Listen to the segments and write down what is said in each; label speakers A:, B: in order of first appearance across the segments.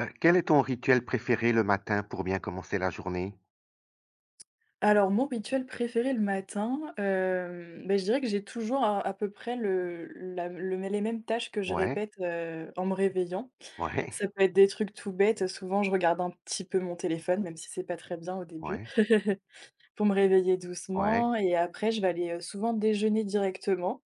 A: Quel est ton rituel préféré le matin pour bien commencer la journée?
B: Alors mon rituel préféré le matin, je dirais que j'ai toujours à peu près le la le les mêmes tâches que je
A: Ouais,
B: répète, en me réveillant.
A: ouais,
B: Ça peut être des trucs tout bêtes, souvent je regarde un petit peu mon téléphone, même si c'est pas très bien au début,
A: ouais,
B: pour me réveiller
A: ouais,
B: doucement et après je vais aller, souvent déjeuner directement,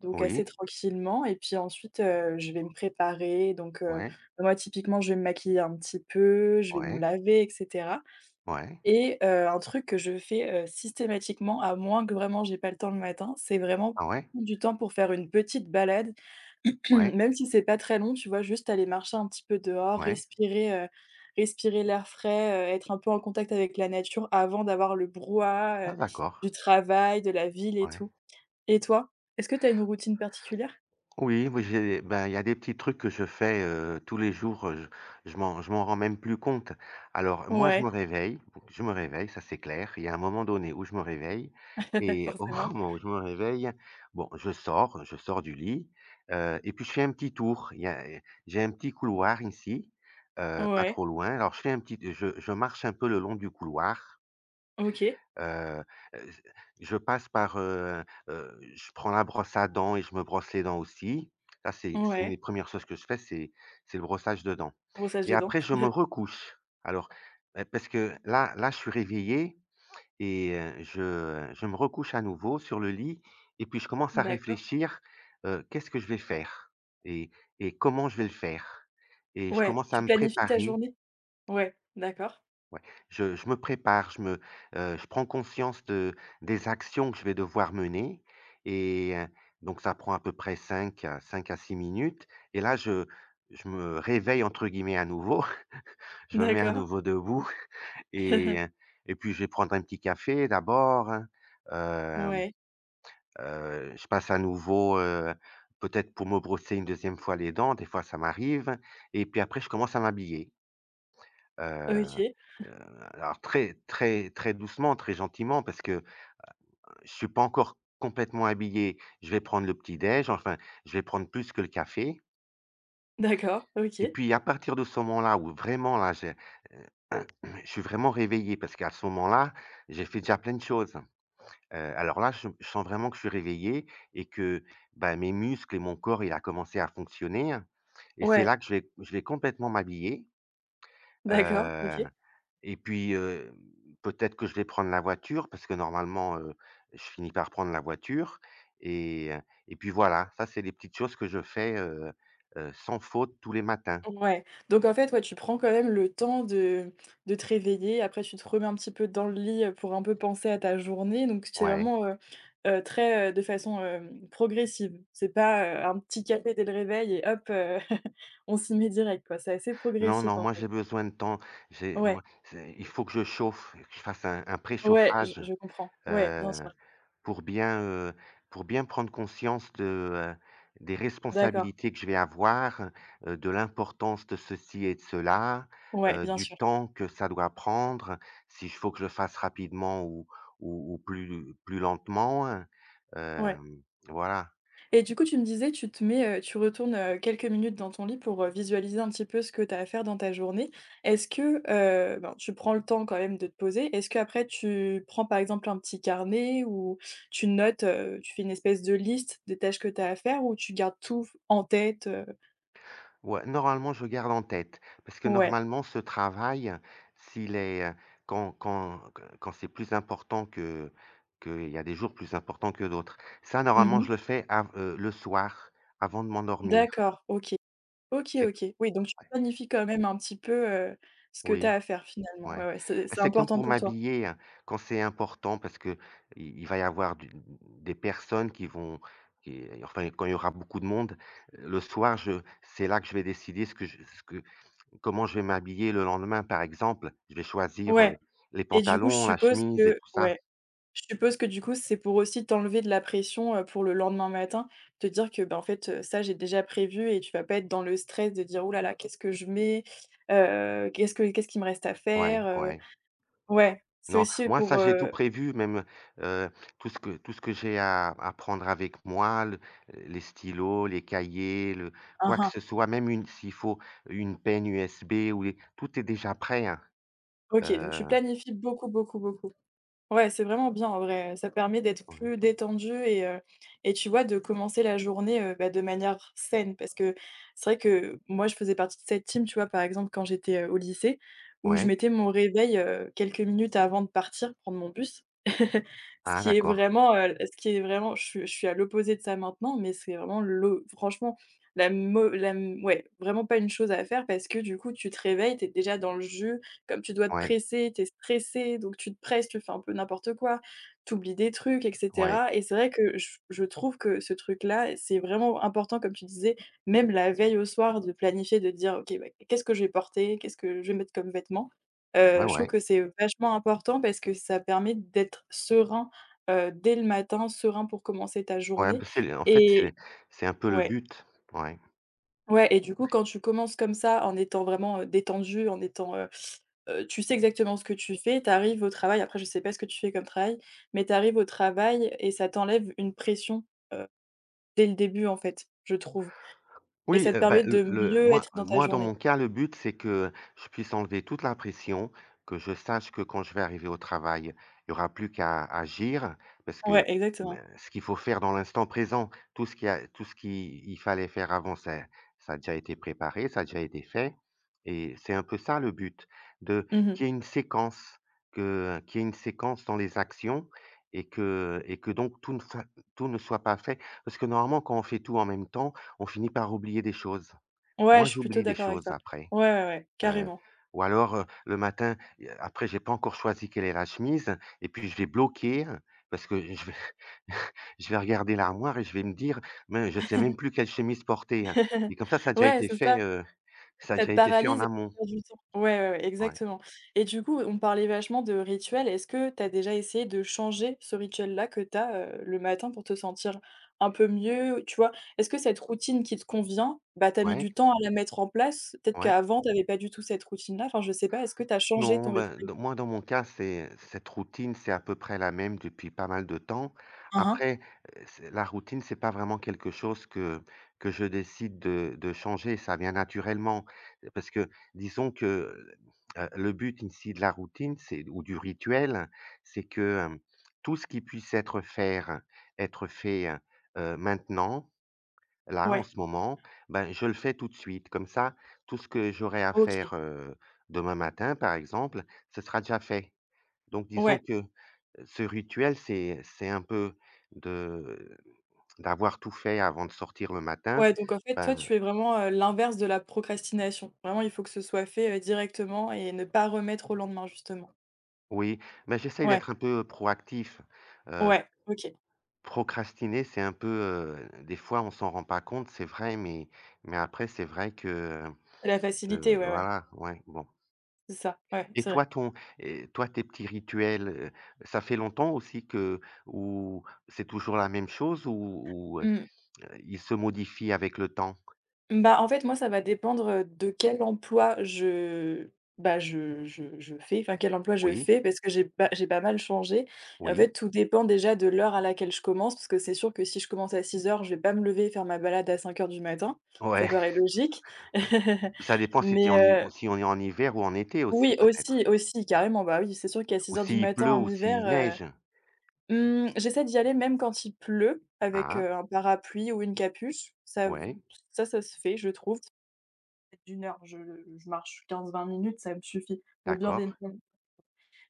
B: donc assez
A: oui,
B: tranquillement et puis ensuite, je vais me préparer donc,
A: ouais,
B: moi typiquement je vais me maquiller un petit peu, je vais me
A: ouais,
B: laver etc.
A: ouais.
B: Et un truc que je fais, systématiquement, à moins que vraiment j'ai pas le temps le matin, c'est vraiment
A: Ah ouais?
B: prendre du temps pour faire une petite balade,
A: Ouais,
B: même si c'est pas très long, tu vois? Juste aller marcher un petit peu dehors,
A: ouais.
B: respirer l'air frais, être un peu en contact avec la nature avant d'avoir le brouhaha,
A: Ah d'accord,
B: du travail, de la ville et
A: ouais.
B: tout. Et toi? Est-ce que tu as une routine particulière?
A: Oui, oui, j'ai bah, il y a des petits trucs que je fais, tous les jours, je m'en rends même plus compte. Alors moi, je me
B: Ouais,
A: réveille, je me réveille, ça c'est clair. Il y a un moment donné où je me réveille et au
B: forcément.
A: moment où je me réveille, bon, je sors du lit, et puis je fais un petit tour. Il y a J'ai un petit couloir ici, pas
B: Ouais,
A: trop loin. Alors je marche un peu le long du couloir.
B: OK.
A: Heu heu, je passe par, je prends la brosse à dents et je me brosse les dents aussi. Ça, c'est une des
B: Ouais,
A: premières choses que je fais, c'est le brossage de dents
B: brossage
A: et
B: de dents.
A: après je me recouche. Alors, parce que là, je suis réveillé et je me recouche à nouveau sur le lit et puis je commence à
B: D'accord.
A: réfléchir, qu'est-ce que je vais faire et comment je vais le faire et je
B: Ouais,
A: commence à
B: tu
A: me
B: planifies ta
A: préparer.
B: journée? Ouais, d'accord.
A: Ouais, je me prépare, je prends conscience de des actions que je vais devoir mener et donc ça prend à peu près 5, à 5 à 6 minutes et là je me «réveille» entre guillemets à nouveau. Je me mets à
B: D'accord.
A: nouveau debout et heu et puis je vais prendre un petit café d'abord, hein, hem,
B: Ouais,
A: je passe à nouveau, peut-être pour me brosser une deuxième fois les dents, des fois ça m'arrive et puis après je commence à m'habiller. Heu
B: OK.
A: heu, alors très très très doucement, très gentiment parce que je suis pas encore complètement habillé. Je vais prendre le petit déj, enfin, je vais prendre plus que le café
B: D'accord,
A: et
B: OK.
A: puis à partir de ce moment-là où vraiment là, heu, je suis vraiment réveillé parce qu'à ce moment-là, j'ai fait déjà plein de choses. Alors là, je sens vraiment que je suis réveillé et que, bah, mes muscles et mon corps, il a commencé à fonctionner et c'est
B: Ouais,
A: là que je vais complètement m'habiller.
B: d'accord, OK.
A: heu Et puis, peut-être que je vais prendre la voiture parce que normalement, je finis par prendre la voiture et heu et puis voilà, ça c'est les petites choses que je fais, sans faute tous les matins.
B: Ouais. Donc en fait, ouais, tu prends quand même le temps de te réveiller. Après, tu te remets un petit peu dans le lit, pour un peu penser à ta journée. Donc c'est
A: Ouais.
B: vraiment, très, de façon, progressive. C'est pas, un petit café dès le réveil et hop, on s'y met direct, quoi. C'est assez
A: Non,
B: progressif,
A: non,
B: en
A: moi
B: fait.
A: j'ai besoin de temps. J'ai moi,
B: Ouais,
A: c'est il faut que je chauffe, que je fasse un
B: ouais,
A: préchauffage.
B: je comprends. Ouais, bien
A: heu
B: sûr.
A: Pour bien, heu, pour bien prendre conscience heu, des
B: D'accord.
A: responsabilités que je vais avoir, de l'importance de ceci et de cela,
B: Ouais, bien
A: du
B: sûr.
A: temps que ça doit prendre, s'il faut que je le fasse rapidement ou plus lentement, hein.
B: Ouais.
A: hem, voilà.
B: Et du coup, tu me disais, tu retournes, quelques minutes dans ton lit pour, visualiser un petit peu ce que tu as à faire dans ta journée. Est-ce que, ben, tu prends le temps quand même de te poser. Est-ce qu'après tu prends, par exemple, un petit carnet ou tu fais une espèce de liste des tâches que tu as à faire ou tu gardes tout en tête?
A: Ouais, normalement, je garde en tête parce que
B: Ouais.
A: normalement, ce travail, s'il est, heu, quand quand quand c'est plus important que il y a des jours plus importants que d'autres. Ça, normalement,
B: Mmh.
A: je le fais av le soir, avant de m'endormir.
B: D'accord, OK. OK,
A: C'est q
B: OK. Oui, donc tu
A: Ouais,
B: planifies quand même un petit peu, ce que tu as
A: oui,
B: à faire finalement. Ouais,
A: ouais.
B: ouais, c'est
A: Ah,
B: c'est
A: c'est comme
B: important
A: pour
B: pour toi.
A: m'habiller, hein, quand c'est important parce que il va y avoir du des personnes qui vont qui enfin, quand il y aura beaucoup de monde, le soir, je c'est là que je vais décider ce que je ce que comment je vais m'habiller le lendemain, par exemple? Je vais choisir,
B: Ouais
A: les
B: et du coup, je
A: pantalons, la
B: suppose
A: chemise et
B: que
A: tout ça.
B: ouais. Je suppose que du coup, c'est pour aussi t'enlever de la pression, pour le lendemain matin, te dire que, ben en fait, ça j'ai déjà prévu et tu vas pas être dans le stress de dire: «Ouh là là, qu'est-ce que je mets? Qu'est-ce que qu'est-ce qu'il me reste à faire?»
A: Ouais, ouais.
B: Ouais, c'est
A: Non,
B: aussi
A: moi
B: pour,
A: ça j'ai tout prévu, même, heu, tout ce que j'ai à prendre avec moi, le les stylos, les cahiers, le
B: hein,
A: quoi que
B: hein.
A: ce soit, même une s'il faut une peine USB ou les tout est déjà prêt, hein.
B: OK, donc tu
A: Heu,
B: planifies beaucoup, beaucoup, beaucoup. Ouais, c'est vraiment bien en vrai, ça permet d'être
A: ouais.
B: plus détendu et tu vois de commencer la journée, bah, de manière saine. Parce que c'est vrai que moi je faisais partie de cette team, tu vois? Par exemple quand j'étais, au lycée où je
A: Ouais.
B: mettais mon réveil, quelques minutes avant de partir prendre mon bus. Ce
A: Ah
B: qui est
A: d'accord.
B: vraiment, ce qui est vraiment je suis à l'opposé de ça maintenant, mais c'est vraiment l'o franchement la mau la ouais, vraiment pas une chose à faire parce que du coup tu te réveilles, t'es déjà dans le jus, comme tu dois te
A: Ouais,
B: presser, tu es stressé, donc tu te presses, tu fais un peu n'importe quoi, tu oublies des trucs et
A: ouais.
B: cetera et c'est vrai que je trouve que ce truc-là, c'est vraiment important comme tu disais, même la veille au soir de planifier, de dire: «OK, bah, qu'est-ce que je vais porter? Qu'est-ce que je vais mettre comme vêtements?»
A: Ouais,
B: Je trouve
A: ouais.
B: que c'est vachement important parce que ça permet d'être serein, dès le matin, serein pour commencer ta
A: Ouais,
B: journée
A: bah, c'est en fait,
B: et
A: c'est un peu le
B: ouais.
A: but. Ouais.
B: Ouais et du coup, quand tu commences comme ça, en étant vraiment, détendu, en étant, tu sais exactement ce que tu fais, tu arrives au travail après je sais pas ce que tu fais comme travail, mais tu arrives au travail et ça t'enlève une pression, heu, dès le début, en fait, je trouve et
A: Oui,
B: ça te
A: bah,
B: permet de
A: le
B: mieux
A: moi
B: être dans ta
A: moi, dans
B: journée.
A: mon cas, le but, c'est que je puisse enlever toute la pression, que je sache que quand je vais arriver au travail, il n'y aura plus qu'à agir parce
B: Ouais,
A: que me
B: exactement.
A: ce qu'il faut faire dans l'instant présent, tout ce qui a tout ce qui il fallait faire avant, ça a déjà été préparé, ça a déjà été fait et c'est un peu ça le but, de
B: Mmh.
A: qu'il y ait une séquence, que qu'il y ait une séquence dans les actions et que donc tout ne soit pas fait parce que normalement, quand on fait tout en même temps, on finit par oublier des choses.
B: Ouais,
A: Moi,
B: je suis plutôt
A: j'oublie des
B: d'accord avec
A: choses
B: ça.
A: après,
B: Ouais, ouais, ouais,
A: heu,
B: carrément.
A: ou alors, le matin, après j'ai pas encore choisi quelle est la chemise et puis je vais bloquer, parce que je vais je vais regarder l'armoire et je vais me dire: «Mais je sais même plus quelle chemise porter», hein et comme ça a déjà
B: Ouais,
A: été
B: c'est
A: fait,
B: ça.
A: ça a
B: Ça
A: déjà
B: te
A: été fait en
B: paralyse et
A: amont.
B: tu perds du temps. Ouais, ouais, ouais,
A: Ouais.
B: exactement et du coup, on parlait vachement de rituel. Est-ce que tu as déjà essayé de changer ce rituel-là que tu as, le matin pour te sentir un peu mieux, tu vois? Est-ce que cette routine qui te convient, bah, tu as mis
A: Ouais,
B: du temps à la mettre en place? Peut-être
A: ouais.
B: qu'avant, tu avais pas du tout cette routine-là. Enfin, je sais pas, est-ce que tu as changé
A: Non,
B: ton
A: ben,
B: rituel?
A: dans mon cas, c'est cette routine, c'est à peu près la même depuis pas mal de temps.
B: Hein, hein.
A: Après, c'est la routine, c'est pas vraiment quelque chose que je décide de changer, ça vient naturellement. Parce que disons que, le but ici de la routine, c'est ou du rituel, c'est que, tout ce qui puisse être fait, maintenant. Là, en
B: Ouais,
A: ce moment, ben, je le fais tout de suite. Comme ça, tout ce que j'aurai à faire,
B: OK.
A: demain matin, par exemple, ce sera déjà fait. Donc disons
B: Ouais,
A: que, ce rituel, c'est un peu de d'avoir tout fait avant de sortir le matin.
B: ouais, donc en fait, toi,
A: Ben
B: tu es vraiment, l'inverse de la procrastination. Vraiment, il faut que ce soit fait, directement et ne pas remettre au lendemain, justement.
A: oui, mais j'essaye
B: Ouais,
A: d'être un peu proactif. Heu,
B: ouais, OK.
A: procrastiner, c'est un peu, des fois, on s'en rend pas compte, c'est vrai, mais après, c'est vrai que,
B: La facilité, ouais, ouais,
A: voilà, ouais, bon.
B: c'est ça, ouais,
A: Et
B: c'est vrai.
A: toi, ton et toi, tes petits rituels, ça fait longtemps aussi que ou c'est toujours la même chose ou ou, heu,
B: Mmh.
A: ils se modifient avec le temps?
B: Bah, en fait, moi, ça va dépendre, de quel emploi je fais, enfin, quel emploi je
A: Oui,
B: fais parce que j'ai pas mal changé et en
A: oui,
B: fait, tout dépend déjà de l'heure à laquelle je commence parce que c'est sûr que si je commence à 6 heures, je vais pas me lever et faire ma balade à 5 heures du matin,
A: ouais,
B: ça paraît logique.
A: ouais. Ça dépend si tu es
B: Mais
A: en hi
B: heu
A: si on est en hiver ou en été aussi
B: oui,
A: peut-être?
B: aussi, aussi, carrément, bah, oui, c'est sûr qu'à
A: Ou
B: 6 heures du
A: s'il
B: matin
A: pleut
B: en
A: ou s'il
B: hiver,
A: neige?
B: Mmh, j'essaie d'y aller même quand il pleut avec,
A: Ah,
B: un parapluie ou une capuche. Ça v
A: ouais,
B: ça, ça se fait, je trouve. Peut-être d'une heure, je marche 15 20 minutes, ça me suffit pour bien démarrer
A: d'accord,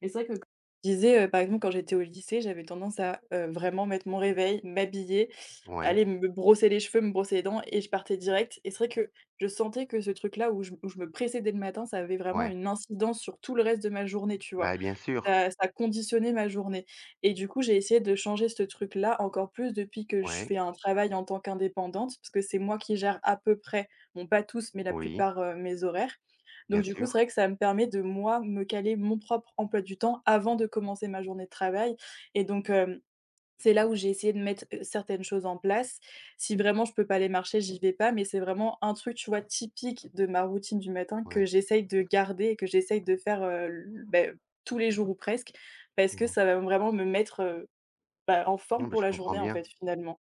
B: et c'est vrai que comme je disais, par exemple, quand j'étais au lycée, j'avais tendance à, vraiment mettre mon réveil, m'habiller,
A: ouais,
B: aller me brosser les cheveux, me brosser les dents et je partais direct et c'est vrai que je sentais que ce truc-là où je me pressais dès le matin, ça avait vraiment
A: ouais.
B: une incidence sur tout le reste de ma journée, tu vois?
A: Bah, bien sûr,
B: Ça ça conditionnait ma journée et du coup, j'ai essayé de changer ce truc-là encore plus depuis que je
A: ouais,
B: fais un travail en tant qu'indépendante, parce que c'est moi qui gère à peu près, bon pas tous, mais la
A: oui,
B: plupart, mes horaires.
A: bien
B: Donc du coup, c'est
A: sûr,
B: vrai que ça me permet de moi me caler mon propre emploi du temps avant de commencer ma journée de travail et donc hem c'est là où j'ai essayé de mettre, certaines choses en place. Si vraiment je peux pas aller marcher, j'y vais pas, mais c'est vraiment un truc, tu vois, typique de ma routine du matin que
A: ouais,
B: j'essaye de garder et que j'essaye de faire, tous les jours ou presque, parce que
A: ouais.
B: ça va vraiment me mettre, bah, en
A: Non,
B: forme
A: mais
B: pour
A: je
B: la
A: comprends
B: journée, en
A: bien.
B: fait, finalement.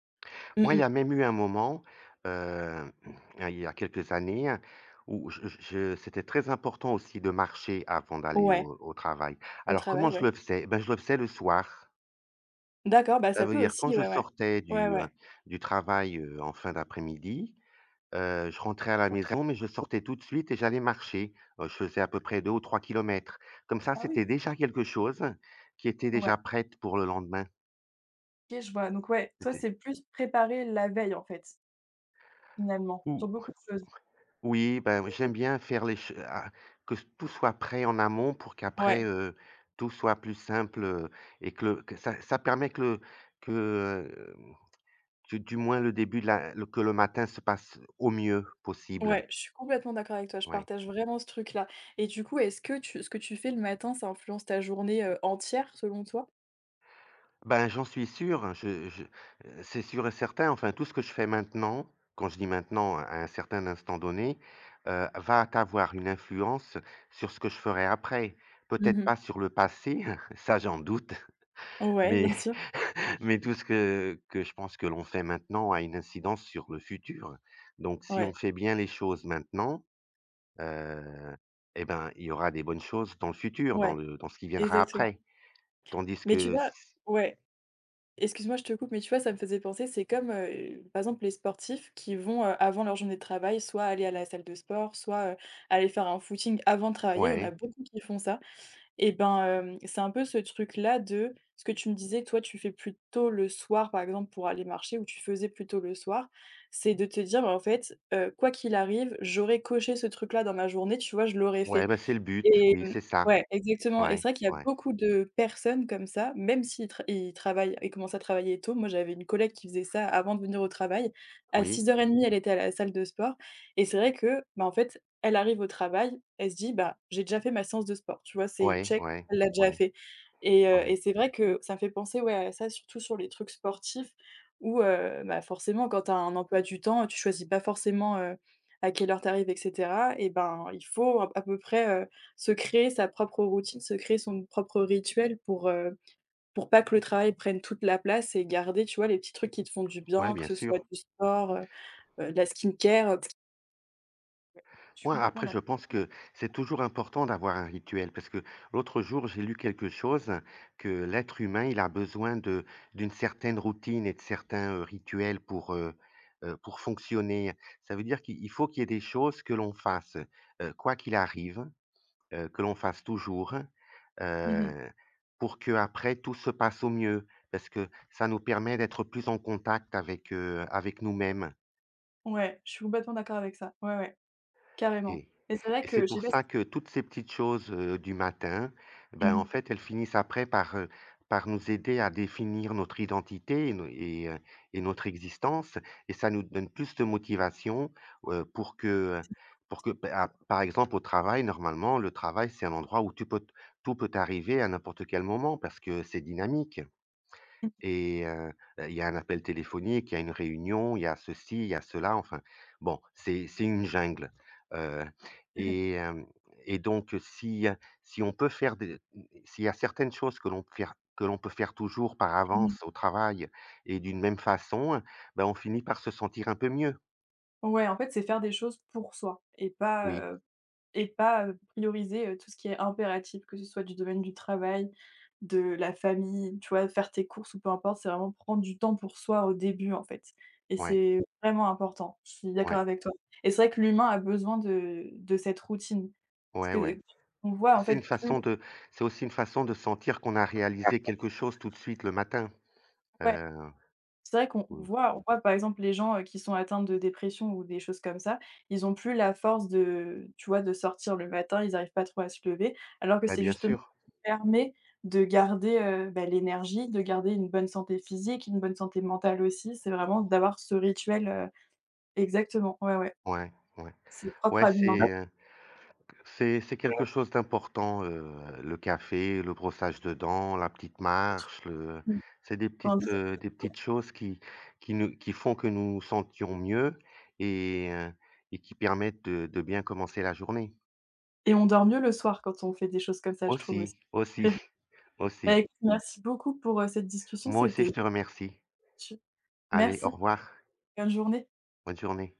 B: Mmh
A: Moi, il
B: mh.
A: y a même eu un moment, heu, il y a quelques années, hein, où je c'était très important aussi de marcher avant d'aller
B: Ouais,
A: au travail.
B: au
A: Alors comment
B: travail, ouais.
A: je le faisais? Eh ben, je le faisais le soir.
B: D'accord, bah,
A: Ça
B: ça
A: veut
B: peut
A: dire quand
B: aussi,
A: je
B: ouais, ouais.
A: sortais
B: Ouais, ouais.
A: du travail, en fin d'après-midi, je rentrais à la
B: Au travail.
A: maison, mais je sortais tout de suite et j'allais marcher. Je faisais à peu près 2 ou 3 kilomètres. Comme ça,
B: Ah oui,
A: c'était déjà quelque chose qui était
B: ouais.
A: déjà prête pour le lendemain.
B: OK, je vois. Donc ouais, toi,
A: C'était
B: c'est plus préparer la veille, en fait, finalement, sur
A: ou
B: beaucoup de choses.
A: Oui, ben j'aime bien faire les ch ah, que s tout soit prêt en amont pour qu'après,
B: Ouais.
A: tout soit plus simple, et que le que ça permet que, heu, que du moins le début de la le que le matin se passe au mieux possible,
B: Ouais, je suis complètement d'accord avec toi, je
A: ouais.
B: partage vraiment ce truc-là et du coup, est-ce que tu ce que tu fais le matin, ça influence ta journée, entière selon toi?
A: Ben, j'en suis sûr, hein, c'est sûr et certain, enfin, tout ce que je fais maintenant, quand je dis maintenant, à un certain instant donné, va avoir une influence sur ce que je ferai après. Peut-être
B: Mmh.
A: pas sur le passé, ça j'en doute,
B: Ouais,
A: mais
B: bien sûr.
A: mais tout ce que je pense que l'on fait maintenant a une incidence sur le futur. Donc si on
B: Ouais,
A: fait bien les choses maintenant, heu et ben, il y aura des bonnes choses dans le futur,
B: ouais,
A: dans ce qui viendra
B: exactement.
A: après. Tandis
B: Mais tu
A: que
B: vois
A: s
B: ouais, excuse-moi, je te coupe, mais tu vois, ça me faisait penser, c'est comme, par exemple, les sportifs qui vont, avant leur journée de travail, soit aller à la salle de sport, soit, aller faire un footing avant de travailler. Il y en a
A: Ouais,
B: beaucoup qui font ça. Et ben, c'est un peu ce truc-là de ce que tu me disais, que toi, tu fais plutôt le soir, par exemple, pour aller marcher ou tu faisais plutôt le soir. C'est de te dire: «Bah, en fait, quoi qu'il arrive, j'aurais coché ce truc-là dans ma journée», tu vois? «Je l'aurais
A: ouais,
B: fait».
A: bah, c'est le but,
B: Et
A: oui,
B: mmh,
A: c'est ça.
B: ouais, exactement et c'est
A: Ouais,
B: vrai qu'il y a
A: ouais,
B: beaucoup de personnes comme ça, même s'ils tra ils travaillent ils commencent à travailler tôt. Moi, j'avais une collègue qui faisait ça avant de venir au travail. À
A: oui,
B: 6:30, elle était à la salle de sport et c'est vrai que, bah, en fait, elle arrive au travail, elle se dit: «Bah, j'ai déjà fait ma séance de sport», tu vois? C'est
A: ouais,
B: check,
A: ouais,
B: elle l'a déjà
A: ouais,
B: fait et heu
A: ouais,
B: et c'est vrai que ça me fait penser, ouais, à ça, surtout sur les trucs sportifs où, bah, forcément, quand tu as un emploi du temps, tu choisis pas forcément, à quelle heure tu arrives et cetera et ben, il faut à peu près, se créer sa propre routine, se créer son propre rituel pour pas que le travail prenne toute la place et garder, tu vois, les petits trucs qui te font du
A: ouais,
B: bien, que
A: bien
B: ce soit
A: sûr.
B: du sport, de la skincare, parce que ouais, je suis
A: Ouais,
B: complètement
A: après, je
B: d'accord.
A: pense que c'est toujours important d'avoir un rituel parce que l'autre jour, j'ai lu quelque chose que l'être humain, il a besoin de d'une certaine routine et de certains rituels pour fonctionner. Ça veut dire qu'il il faut qu'il y ait des choses que l'on fasse, quoi qu'il arrive, que l'on fasse toujours,
B: Mmh.
A: euh, pour que après tout se passe au mieux, parce que ça nous permet d'être plus en contact avec nous-mêmes.
B: Ouais, je suis complètement d'accord avec ça. Ouais, ouais, carrément.
A: Et
B: Et c'est vrai
A: et
B: que
A: c'est
B: je sais
A: pour
B: pas si
A: ça que toutes ces petites choses, du matin, ben, en
B: mmh
A: fait, elles finissent après par nous aider à définir notre identité et no et notre existence et ça nous donne plus de motivation, heu, pour que, pour que, ben, à par exemple, au travail, normalement, le travail, c'est un endroit où tu peux t tout peut arriver à n'importe quel moment parce que c'est dynamique.
B: mh.
A: Et heu, il y a un appel téléphonique, il y a une réunion, il y a ceci, il y a cela, enfin, bon, c'est une jungle. heu et hem donc si on peut faire des s'il y a certaines choses que l'on peut faire toujours par avance au travail et d'une même façon, ben on finit par se sentir un peu mieux.
B: Ouais, en fait, c'est faire des choses pour soi et pas,
A: Oui,
B: prioriser, tout ce qui est impératif, que ce soit du domaine du travail, de la famille, tu vois? Faire tes courses ou peu importe, c'est vraiment prendre du temps pour soi au début, en fait et
A: ouais,
B: c'est vraiment important. Je suis d'accord
A: ouais,
B: avec toi et c'est vrai que l'humain a besoin de cette routine. Parce
A: ouais, ouais.
B: que on voit
A: Bah,
B: en fait plus
A: c'est aussi une façon de sentir qu'on a réalisé quelque chose tout de suite le matin,
B: ouais.
A: heu,
B: C'est vrai qu'on
A: oui,
B: on voit par exemple les gens, qui sont atteints de dépression ou des choses comme ça, ils ont plus la force de tu vois, de sortir le matin, ils n'arrivent pas trop à se lever, alors que
A: bah,
B: c'est
A: bien
B: justement
A: sûr.
B: ce qui permet de garder, bah, l'énergie, de garder une bonne santé physique, une bonne santé mentale aussi. C'est vraiment d'avoir ce rituel, exactement, ouais, ouais,
A: Ouais, ouais.
B: c'est propre
A: Ouais,
B: à l'humain. D'ac
A: c'est quelque chose d'important, le café, le brossage de dents, la petite marche, le
B: Mmh.
A: c'est
B: Tandis
A: des petites choses qui font que nous nous sentions mieux et heu et qui permettent de bien commencer la journée.
B: et on dort mieux le soir quand on fait des choses comme ça, je trouve aussi.
A: Aussi, aussi, aussi.
B: Bah, écoute, merci beaucoup pour, cette discussion,
A: Moi aussi, je
B: c'était
A: te remercie. Allez, au
B: merci.
A: revoir.
B: Bonne journée.
A: Bonne journée.